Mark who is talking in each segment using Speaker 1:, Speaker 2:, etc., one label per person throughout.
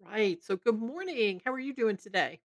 Speaker 1: Right. So, good morning. How are you doing today?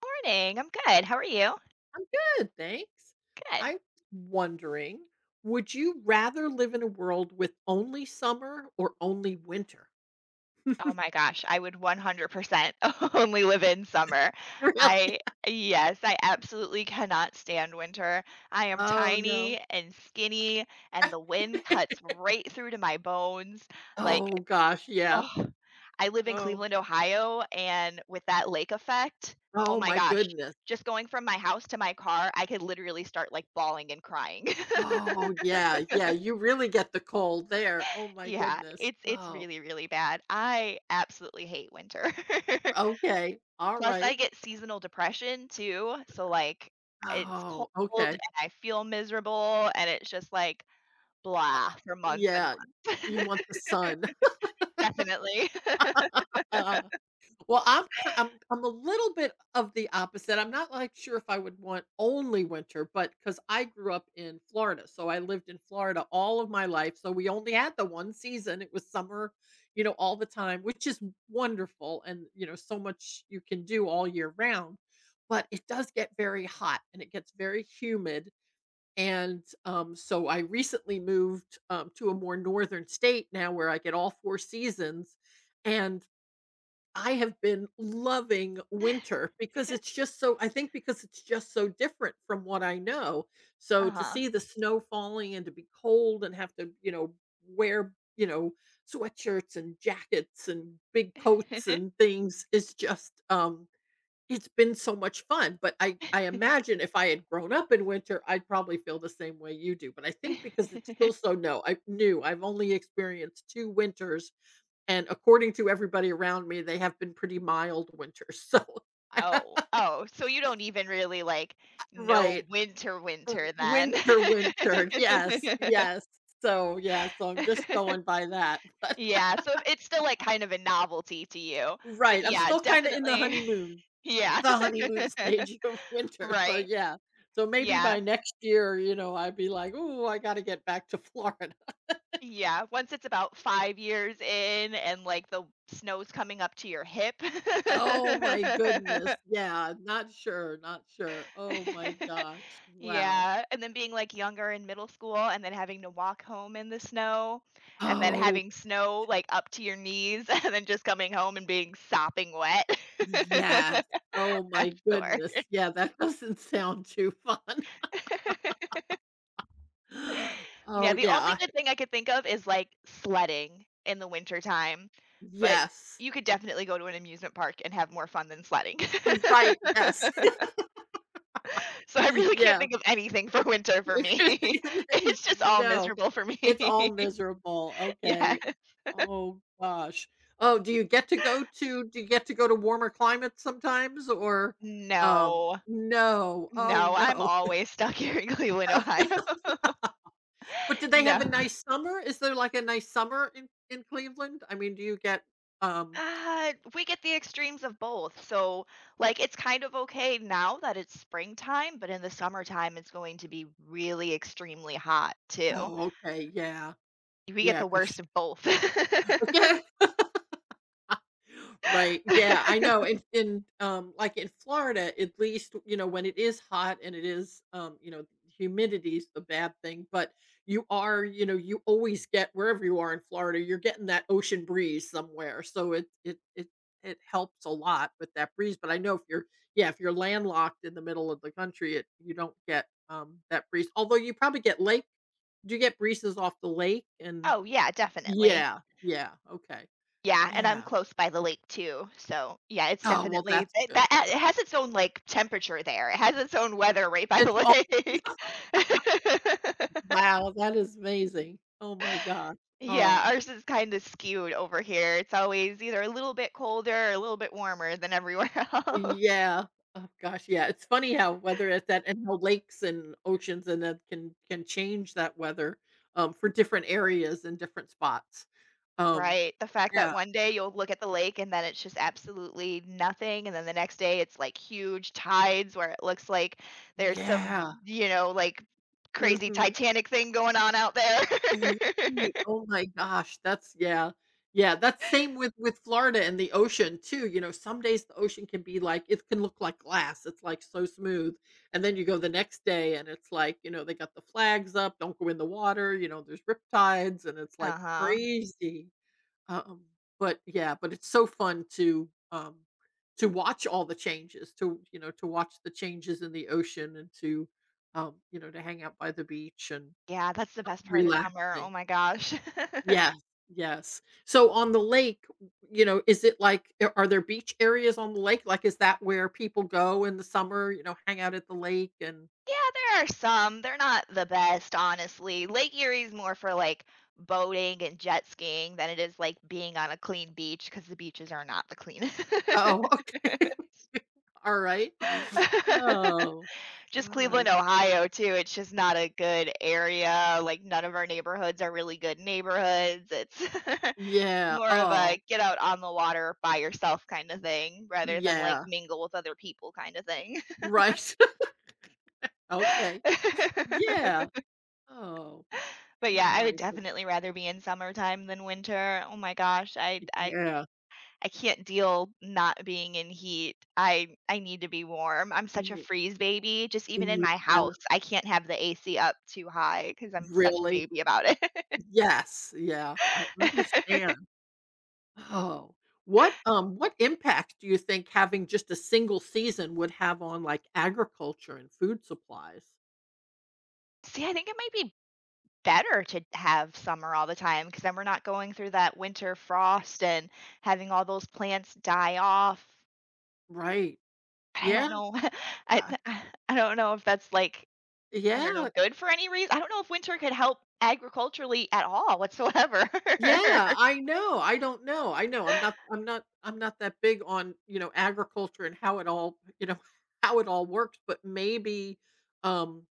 Speaker 2: Morning. I'm good. How are you?
Speaker 1: I'm good. Thanks.
Speaker 2: Good.
Speaker 1: I'm wondering, would you rather live in a world with only summer or only winter?
Speaker 2: Oh my gosh, I would 100% only live in summer.
Speaker 1: Really?
Speaker 2: I yes, I absolutely cannot stand winter. I am
Speaker 1: Oh, no.
Speaker 2: tiny and skinny and the wind cuts right through to my bones. Like,
Speaker 1: Oh, gosh. Yeah.
Speaker 2: oh, I live in
Speaker 1: Oh,
Speaker 2: Cleveland, Ohio, and with that lake effect, oh
Speaker 1: oh,
Speaker 2: my
Speaker 1: my
Speaker 2: gosh,
Speaker 1: goodness.
Speaker 2: just going from my house to my car, I could literally start like bawling and crying.
Speaker 1: Oh, yeah. Yeah. You really get the cold there. Oh, my
Speaker 2: Yeah,
Speaker 1: goodness.
Speaker 2: it's
Speaker 1: Oh,
Speaker 2: really, really bad. I absolutely hate winter.
Speaker 1: okay. All
Speaker 2: Plus, I
Speaker 1: right.
Speaker 2: get seasonal depression too. So like it's cold
Speaker 1: Oh, okay.
Speaker 2: and I feel miserable and it's just like blah
Speaker 1: Uh,
Speaker 2: for months and
Speaker 1: yeah.
Speaker 2: months.
Speaker 1: You want the sun.
Speaker 2: Definitely.
Speaker 1: Well, I'm ki I'm a little bit of the opposite. I'm not, like, sure if I would want only winter, but because I grew up in Florida, so I lived in Florida all of my life, so we only had the 1 season. It was summer, you know, all the time, which is wonderful and, you know, so much you can do all year round, but it does get very hot and it gets very humid, and, so I recently moved, to a more northern state now where I get all 4 seasons, and I have been loving winter because it's just so I think, because it's just so different from what I know. So to
Speaker 2: Uh-huh.
Speaker 1: see the snow falling and to be cold and have to, you know, wear, you know, sweatshirts and jackets and big coats and things is just it's been so much fun, but I imagine if I had grown up in winter, I'd probably feel the same way you do. But I think because it's still so no, I new. I've only experienced 2 winters and according to everybody around me, they have been pretty mild winters, so I-
Speaker 2: Oh, oh, so you don't even really like know
Speaker 1: Right.
Speaker 2: winter
Speaker 1: R
Speaker 2: winter then.
Speaker 1: Winter, winter. Yes, yes. So, yeah, so I'm just going by that, but
Speaker 2: Yeah, so it's still, like, kind of a novelty to you, but
Speaker 1: right, I'm
Speaker 2: yeah,
Speaker 1: still kinda in the
Speaker 2: definitely yeah.
Speaker 1: honeymoon stage of winter, so
Speaker 2: Right.
Speaker 1: yeah. So maybe
Speaker 2: Yeah,
Speaker 1: by next year, you know, I'd be like, "Oh, I gotta get back to Florida."
Speaker 2: yeah, once it's about 5 years in and, like, the snow's coming up to your hip.
Speaker 1: Oh my goodness, yeah, not sure, not sure. Oh my gosh, wow.
Speaker 2: Yeah, and then being, like, younger in middle school and then having to walk home in the snow, and then
Speaker 1: Oh,
Speaker 2: having snow, like, up to your knees, and then just coming home and being sopping wet.
Speaker 1: yes. Oh my
Speaker 2: That's the
Speaker 1: goodness.
Speaker 2: worst.
Speaker 1: Yeah, that doesn't sound too fun.
Speaker 2: Yeah,
Speaker 1: Oh,
Speaker 2: the only
Speaker 1: yeah.
Speaker 2: good thing I could think of is, like, sledding in the winter time, but
Speaker 1: Yes.
Speaker 2: you could definitely go to an amusement park and have more fun than sledding.
Speaker 1: Right, yes.
Speaker 2: So I really can't
Speaker 1: Yeah.
Speaker 2: think of anything for winter for me. It's just all
Speaker 1: No.
Speaker 2: miserable for
Speaker 1: It's
Speaker 2: me.
Speaker 1: all miserable,
Speaker 2: Yeah.
Speaker 1: okay. Oh gosh. Oh, do you get to go to warmer climates sometimes, or
Speaker 2: No.
Speaker 1: no. Oh,
Speaker 2: No, I'm
Speaker 1: no.
Speaker 2: always stuck here in Cleveland, Ohio.
Speaker 1: But did they have
Speaker 2: No.
Speaker 1: a nice summer? Is there, like, a nice summer in Cleveland? I mean, do you get, um
Speaker 2: We get the extremes of both, so, like, it's kind of okay now that it's springtime, but in the summertime, it's going to be really extremely hot too.
Speaker 1: oh, okay, yeah.
Speaker 2: We get
Speaker 1: Yeah,
Speaker 2: the worst
Speaker 1: 'cause
Speaker 2: of both.
Speaker 1: yeah, right, yeah, I know, and, in, like, in Florida, at least, you know, when it is hot and it is, you know, humidity's the bad thing, but you are, you know, you always get, wherever you are in Florida, you're getting that ocean breeze somewhere, so it helps a lot with that breeze, but I know if you're yeah, if you're landlocked in the middle of the country, it you don't get, that breeze, although you probably get lake do you get breezes off the lake? And
Speaker 2: Oh, yeah, definitely.
Speaker 1: yeah, yeah, okay.
Speaker 2: Yeah, and I'm
Speaker 1: Yeah.
Speaker 2: close by the lake too, so, yeah, it's
Speaker 1: Oh, well,
Speaker 2: definitely
Speaker 1: that's
Speaker 2: it that
Speaker 1: good.
Speaker 2: it has its own, like, temperature there. It has its own weather right by
Speaker 1: It's
Speaker 2: the
Speaker 1: oh,
Speaker 2: lake.
Speaker 1: wow, that is amazing. Oh my gosh.
Speaker 2: Yeah,
Speaker 1: Oh,
Speaker 2: ours is kinda skewed over here. It's always either a little bit colder or a little bit warmer than everywhere else.
Speaker 1: yeah. Oh gosh, yeah, it's funny how weather at that and how lakes and oceans and that can change that weather, for different areas and different spots. Um,
Speaker 2: Right, the fact that
Speaker 1: yeah,
Speaker 2: one day you'll look at the lake and then it's just absolutely nothing, and then the next day it's, like, huge tides where it looks like there's some,
Speaker 1: yeah.
Speaker 2: like, crazy
Speaker 1: Mhm.
Speaker 2: Titanic thing going on out there.
Speaker 1: I see. Oh my gosh, that's yeah. Yeah, that's same with Florida and the ocean too, you know, some days the ocean can be like it can look like glass, it's, like, so smooth, and then you go the next day and it's like, you know, they got the flags up, "Don't go in the water," you know, there's riptides and it's, like,
Speaker 2: Uh-huh.
Speaker 1: crazy. Um, but yeah, but it's so fun to watch all the changes, to you know, to watch the changes in the ocean, and to, you know, to hang out by the beach and
Speaker 2: Yeah, that's the best part of summer,
Speaker 1: relaxing.
Speaker 2: oh my gosh.
Speaker 1: Yes, yes. So on the lake, w you know, is it like a are there beach areas on the lake? Like, is that where people go in the summer, you know, hang out at the lake and
Speaker 2: Yeah, there are some, they're not the best, honestly. Lake Erie's more for, like, boating and jet skiing than it is, like, being on a clean beach because the beaches are not the cleanest.
Speaker 1: oh, okay. Alright. Oh,
Speaker 2: just Cleveland,
Speaker 1: alright.
Speaker 2: Ohio, too. It's just not a good area. Like, none of our neighborhoods are really good neighborhoods. It's
Speaker 1: Yeah.
Speaker 2: more of
Speaker 1: Oh,
Speaker 2: a get out on the water by yourself kind of thing rather than like
Speaker 1: yeah.
Speaker 2: mingle with other people kind of thing.
Speaker 1: Right. Okay. Yeah. Oh.
Speaker 2: But yeah,
Speaker 1: Oh
Speaker 2: I
Speaker 1: my
Speaker 2: would
Speaker 1: goodness.
Speaker 2: definitely rather be in summertime than winter. Oh my gosh, I I
Speaker 1: Yeah.
Speaker 2: I can't deal not being in heat. I need to be warm. I'm such a
Speaker 1: Mm,
Speaker 2: freeze baby. Just even in
Speaker 1: yeah.
Speaker 2: my house, I can't have the AC up too high because I'm such a
Speaker 1: Really?
Speaker 2: baby about it.
Speaker 1: Yes. Yeah. I understand. Oh. What impact do you think having just a single season would have on, like, agriculture and food supplies?
Speaker 2: See, I think it might be better to have summer all the time because then we're not going through that winter frost and having all those plants die off.
Speaker 1: Right.
Speaker 2: But I
Speaker 1: Yeah.
Speaker 2: don't know. I I don't know if that's like I don't
Speaker 1: Yeah.
Speaker 2: know good for any reason. I don't know if winter could help agriculturally at all whatsoever.
Speaker 1: Yeah, I know, I don't know, I know, I'm not I'm not I'm not that big on, you know, agriculture and how it all, you know, how it all works, but maybe, um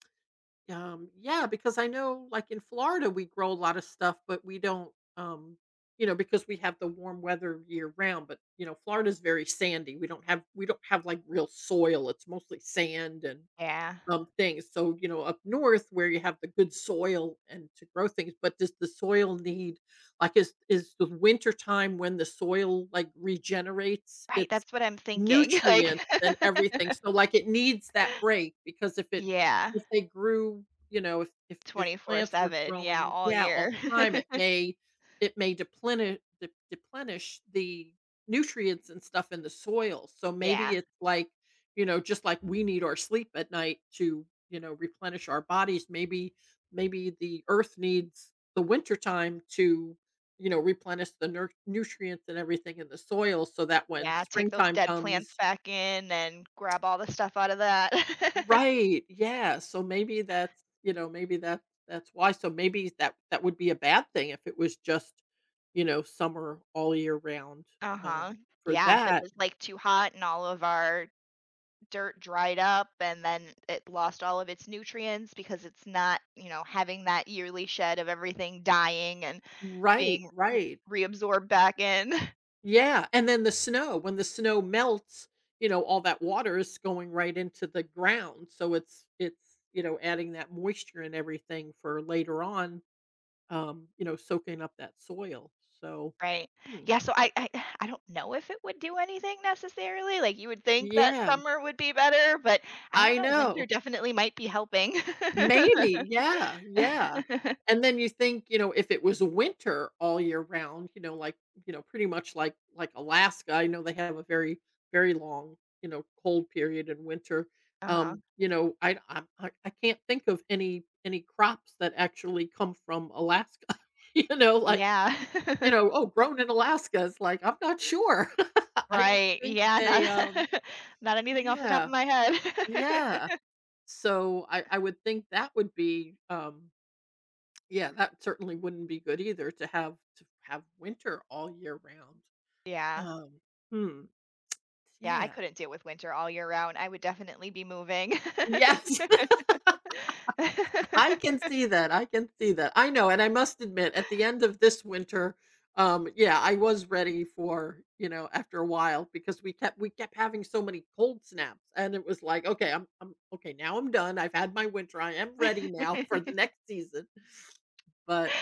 Speaker 1: Yeah, because I know, like, in Florida we grow a lot of stuff, but we don't you know, because we have the warm weather year round, but you know, Florida's very sandy. We don't have like real soil. It's mostly sand and
Speaker 2: Yeah.
Speaker 1: things. So, you know, up north where you have the good soil and to grow things, but does the soil need is the winter time when the soil, like, regenerates
Speaker 2: Right,
Speaker 1: its
Speaker 2: that's what I'm thinking, like
Speaker 1: nutrients and everything? So, like, it needs that break because
Speaker 2: Yeah,
Speaker 1: if they grew, you know, if plants were
Speaker 2: 24/7, yeah,
Speaker 1: growing,
Speaker 2: all
Speaker 1: yeah,
Speaker 2: year.
Speaker 1: all the time, it may deplenish deplenish the nutrients and stuff in the soil. So maybe
Speaker 2: Yeah,
Speaker 1: it's like, you know, just like we need our sleep at night to, you know, replenish our bodies, maybe maybe the earth needs the winter time to, you know, replenish the nutrients and everything in the soil so that when
Speaker 2: yeah, take those
Speaker 1: springtime
Speaker 2: dead plants
Speaker 1: comes
Speaker 2: back in and grab all the stuff out of that.
Speaker 1: right. Yeah. So maybe that's, you know, maybe that that's why. So maybe that that would be a bad thing if it was just, you know, summer all year round um
Speaker 2: Uh-huh.
Speaker 1: for
Speaker 2: Yeah, if it
Speaker 1: that.
Speaker 2: was, like, too hot and all of our dirt dried up and then it lost all of its nutrients because it's not, having that yearly shed of everything dying and
Speaker 1: Right,
Speaker 2: being r
Speaker 1: right.
Speaker 2: reabsorbed back in.
Speaker 1: Yeah, and then the snow, when the snow melts, you know, all that water is going right into the ground, so it's, you know, adding that moisture and everything for later on, you know, soaking up that soil, so
Speaker 2: Right.
Speaker 1: hmm.
Speaker 2: Yeah, so I I don't know if it would do anything necessarily, like, you would think that
Speaker 1: Yeah,
Speaker 2: summer would be better, but I don't
Speaker 1: I
Speaker 2: know, winter
Speaker 1: know.
Speaker 2: definitely might be helping.
Speaker 1: Maybe, yeah, yeah, and then you think, you know, if it was winter all year round, you know, like, you know, pretty much like Alaska, I know they have a very, very long, you know, cold period in winter,
Speaker 2: Uh-huh.
Speaker 1: you know, I can't think of any crops that actually come from Alaska, you know, like,
Speaker 2: Yeah.
Speaker 1: you know, "Oh, grown in Alaska," is like, I'm not sure. I don't
Speaker 2: Right,
Speaker 1: think
Speaker 2: yeah, not
Speaker 1: they,
Speaker 2: not anything off the top
Speaker 1: yeah,
Speaker 2: of my head.
Speaker 1: yeah, so I would think that would be, yeah, that certainly wouldn't be good either to have winter all year round.
Speaker 2: Yeah.
Speaker 1: Um, hmm,
Speaker 2: Yeah, I
Speaker 1: yeah.
Speaker 2: couldn't deal with winter all year round, I would definitely be moving.
Speaker 1: Yes, I can see that, I can see that. I know, and I must admit, at the end of this winter, yeah, I was ready for, you know, after a while because we kept having so many cold snaps, and it was like, "Okay, I'm okay, now I'm done. I've had my winter. I am ready now for the next season." But,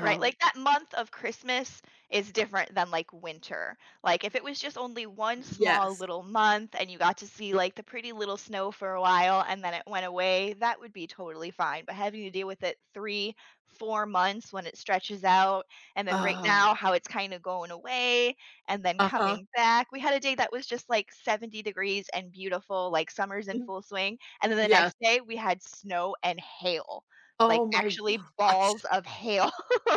Speaker 2: Right, like, that month of Christmas is different than, like, winter. Like, if it was just only one small
Speaker 1: yes.
Speaker 2: little month and you got to see, like, the pretty little snow for a while and then it went away, that would be totally fine, but having to deal with it 3, 4 months when it stretches out, and then right now
Speaker 1: Oh,
Speaker 2: how it's kinda going away and then
Speaker 1: uh-huh.
Speaker 2: coming back. We had a day that was just, like, 70 degrees and beautiful, like, summer's in
Speaker 1: Mhm.
Speaker 2: full swing, and then the
Speaker 1: Yes.
Speaker 2: next day we had snow and hail,
Speaker 1: Oh
Speaker 2: like,
Speaker 1: my
Speaker 2: actually
Speaker 1: gosh.
Speaker 2: balls of hail.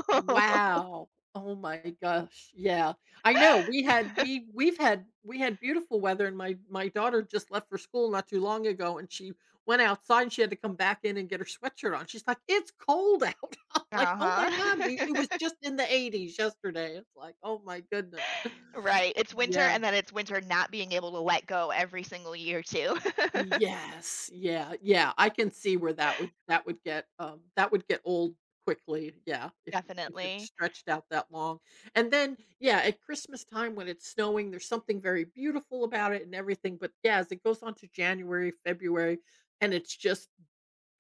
Speaker 1: Wow. Oh my gosh. Yeah. I know we've had we had beautiful weather and my daughter just left for school not too long ago, and she went outside and she had to come back in and get her sweatshirt on. She's like, "It's cold out." I'm like, "Oh my god, we it was
Speaker 2: Uh-huh.
Speaker 1: just in the 80s yesterday." It's like, "Oh my goodness."
Speaker 2: Right, it's winter,
Speaker 1: Yeah.
Speaker 2: and then it's winter not being able to let go every single year too.
Speaker 1: Yes, yeah, yeah, I can see where that would get old quickly, yeah, if y if it's
Speaker 2: Definitely.
Speaker 1: stretched out that long, and then, yeah, at Christmas time when it's snowing, there's something very beautiful about it and everything, but, yeah, as it goes on to January, February, and it's just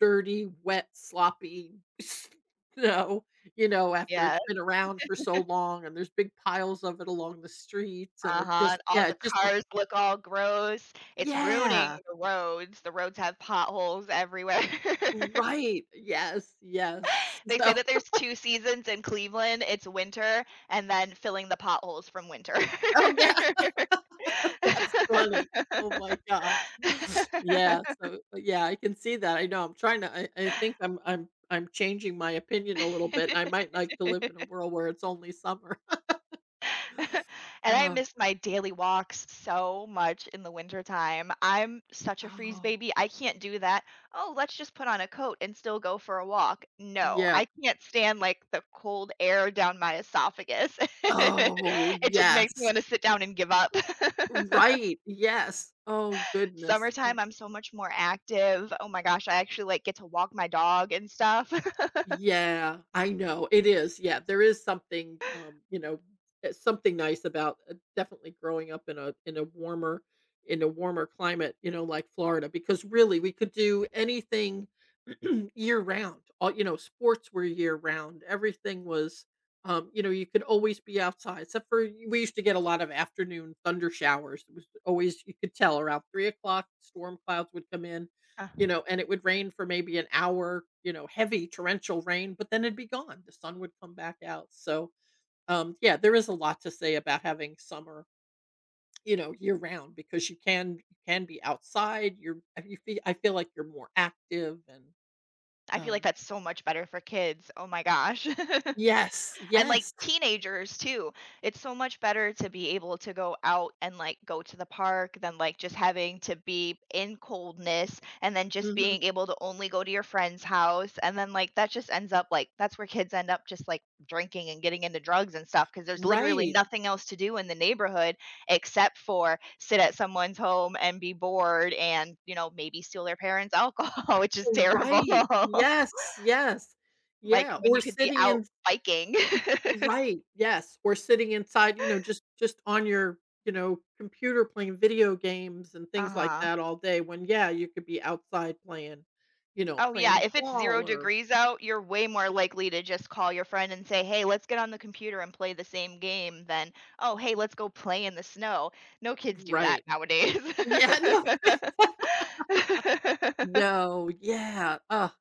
Speaker 1: dirty, wet, sloppy snow, you know, after
Speaker 2: Yes,
Speaker 1: it's been around for so long, and there's big piles of it along the streets, and it
Speaker 2: uh-huh,
Speaker 1: just
Speaker 2: all
Speaker 1: yeah,
Speaker 2: the
Speaker 1: it just looks
Speaker 2: cars look all gross. It's ruining
Speaker 1: yeah.
Speaker 2: the roads. The roads have potholes everywhere.
Speaker 1: Right. Yes, yes.
Speaker 2: They say
Speaker 1: So
Speaker 2: that there's 2 seasons in Cleveland. It's winter and then filling the potholes from winter.
Speaker 1: oh, yeah. That's funny. Oh my gosh. Yeah, so yeah, I can see that. I know I'm trying to I think I'm changing my opinion a little bit, and I might like to live in a world where it's only summer.
Speaker 2: and I
Speaker 1: Oh,
Speaker 2: miss my daily walks so much in the wintertime. I'm such a freeze
Speaker 1: oh,
Speaker 2: baby. I can't do that. Oh, let's just put on a coat and still go for a walk. No,
Speaker 1: yeah.
Speaker 2: I can't stand like the cold air down my esophagus.
Speaker 1: Oh,
Speaker 2: it just makes me
Speaker 1: yes.
Speaker 2: want to sit down and give up.
Speaker 1: Right, yes. Oh, goodness. Oh,
Speaker 2: Summertime, I'm so much more active. Oh my gosh, I actually like get to walk my dog and stuff.
Speaker 1: yeah, I know. It is. Yeah, there is something, you know, something nice about definitely growing up in a in a warmer climate, you know, like Florida, because really we could do anything year round. All You know, sports were year round. Everything was, you know, you could always be outside, except for we used to get a lot of afternoon thunder showers. It was always you could tell around 3 o'clock, storm clouds would come in, you know, and it would rain for maybe an hour, you know, heavy torrential rain, but then it'd be gone. The sun would come back out. So, yeah, there is a lot to say about having summer, you know, year round, because you can be outside. You feel I feel like you're more active and
Speaker 2: I feel like
Speaker 1: um,
Speaker 2: that's so much better for kids. Oh my gosh.
Speaker 1: yes,
Speaker 2: and like
Speaker 1: yes,
Speaker 2: teenagers too it's so much better to be able to go out and like go to the park than like just having to be in coldness and then just
Speaker 1: mhm,
Speaker 2: being able to only go to your friend's house and then like that just ends up like that's where kids end up just like drinking and getting into drugs and stuff because there's literally
Speaker 1: right,
Speaker 2: nothing else to do in the neighborhood except for sit at someone's home and be bored and maybe steal their parents alcohol which is terrible
Speaker 1: right, yes, yes,
Speaker 2: like
Speaker 1: yeah.
Speaker 2: when
Speaker 1: Or
Speaker 2: you could be
Speaker 1: sitting
Speaker 2: out
Speaker 1: in
Speaker 2: biking
Speaker 1: right, yes, or sitting inside, you know, just on your, you know, computer playing video games and things like
Speaker 2: uh-huh.
Speaker 1: that all day when, yeah, you could be outside playing, you know,
Speaker 2: Oh, yeah,
Speaker 1: playing
Speaker 2: if it's 0
Speaker 1: ball or
Speaker 2: degrees out, you're way more likely to just call your friend and say, "Hey, let's get on the computer and play the same game," than, "Oh, hey, let's go play in the snow." No kids do that
Speaker 1: right.
Speaker 2: nowadays.
Speaker 1: Yeah, no. No, yeah, ugh,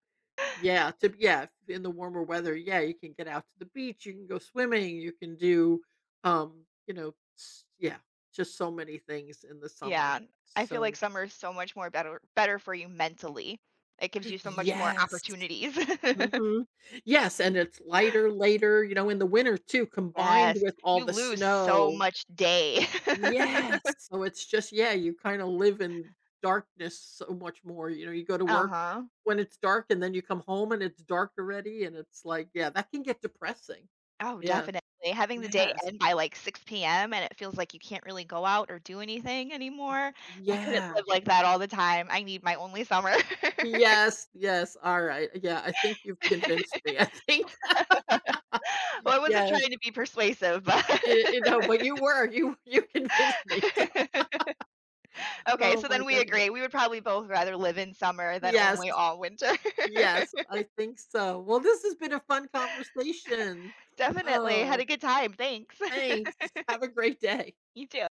Speaker 1: yeah, to yeah, in the warmer weather, yeah, you can get out to the beach, you can go swimming, you can do, you know, s yeah, just so many things in the
Speaker 2: Yeah,
Speaker 1: summer.
Speaker 2: I feel like
Speaker 1: So
Speaker 2: summer is so much more better better for you mentally. It gives you so much more
Speaker 1: yes.
Speaker 2: opportunities.
Speaker 1: Mhm. Yes, and it's lighter later, you know, in the winter too, combined
Speaker 2: Yes,
Speaker 1: with all
Speaker 2: you
Speaker 1: the
Speaker 2: lose so
Speaker 1: snow.
Speaker 2: much day.
Speaker 1: Yes. So it's just yeah, you kinda live in darkness so much more, you know, you go to work
Speaker 2: Uh-huh.
Speaker 1: when it's dark and then you come home and it's dark already, and it's like, yeah, that can get depressing.
Speaker 2: Oh,
Speaker 1: Yeah.
Speaker 2: definitely. Having the day
Speaker 1: Yes.
Speaker 2: end by like 6 p.m. and it feels like you can't really go out or do anything anymore. I couldn't
Speaker 1: Yeah.
Speaker 2: live like that all the time. I need my only summer.
Speaker 1: Yes, yes, alright. Yeah, I think you've convinced me, I think.
Speaker 2: Well, I wasn't
Speaker 1: Yes.
Speaker 2: trying to be persuasive, but
Speaker 1: You know, but you were, you convinced me, so
Speaker 2: Okay,
Speaker 1: oh
Speaker 2: so
Speaker 1: my
Speaker 2: then we
Speaker 1: goodness.
Speaker 2: agree. We would probably both rather live in summer than
Speaker 1: Yes,
Speaker 2: only all winter.
Speaker 1: yes, I think so. Well, this has been a fun conversation.
Speaker 2: Definitely. Had
Speaker 1: Oh,
Speaker 2: a good time. Thanks.
Speaker 1: thanks. Have a great day.
Speaker 2: You too.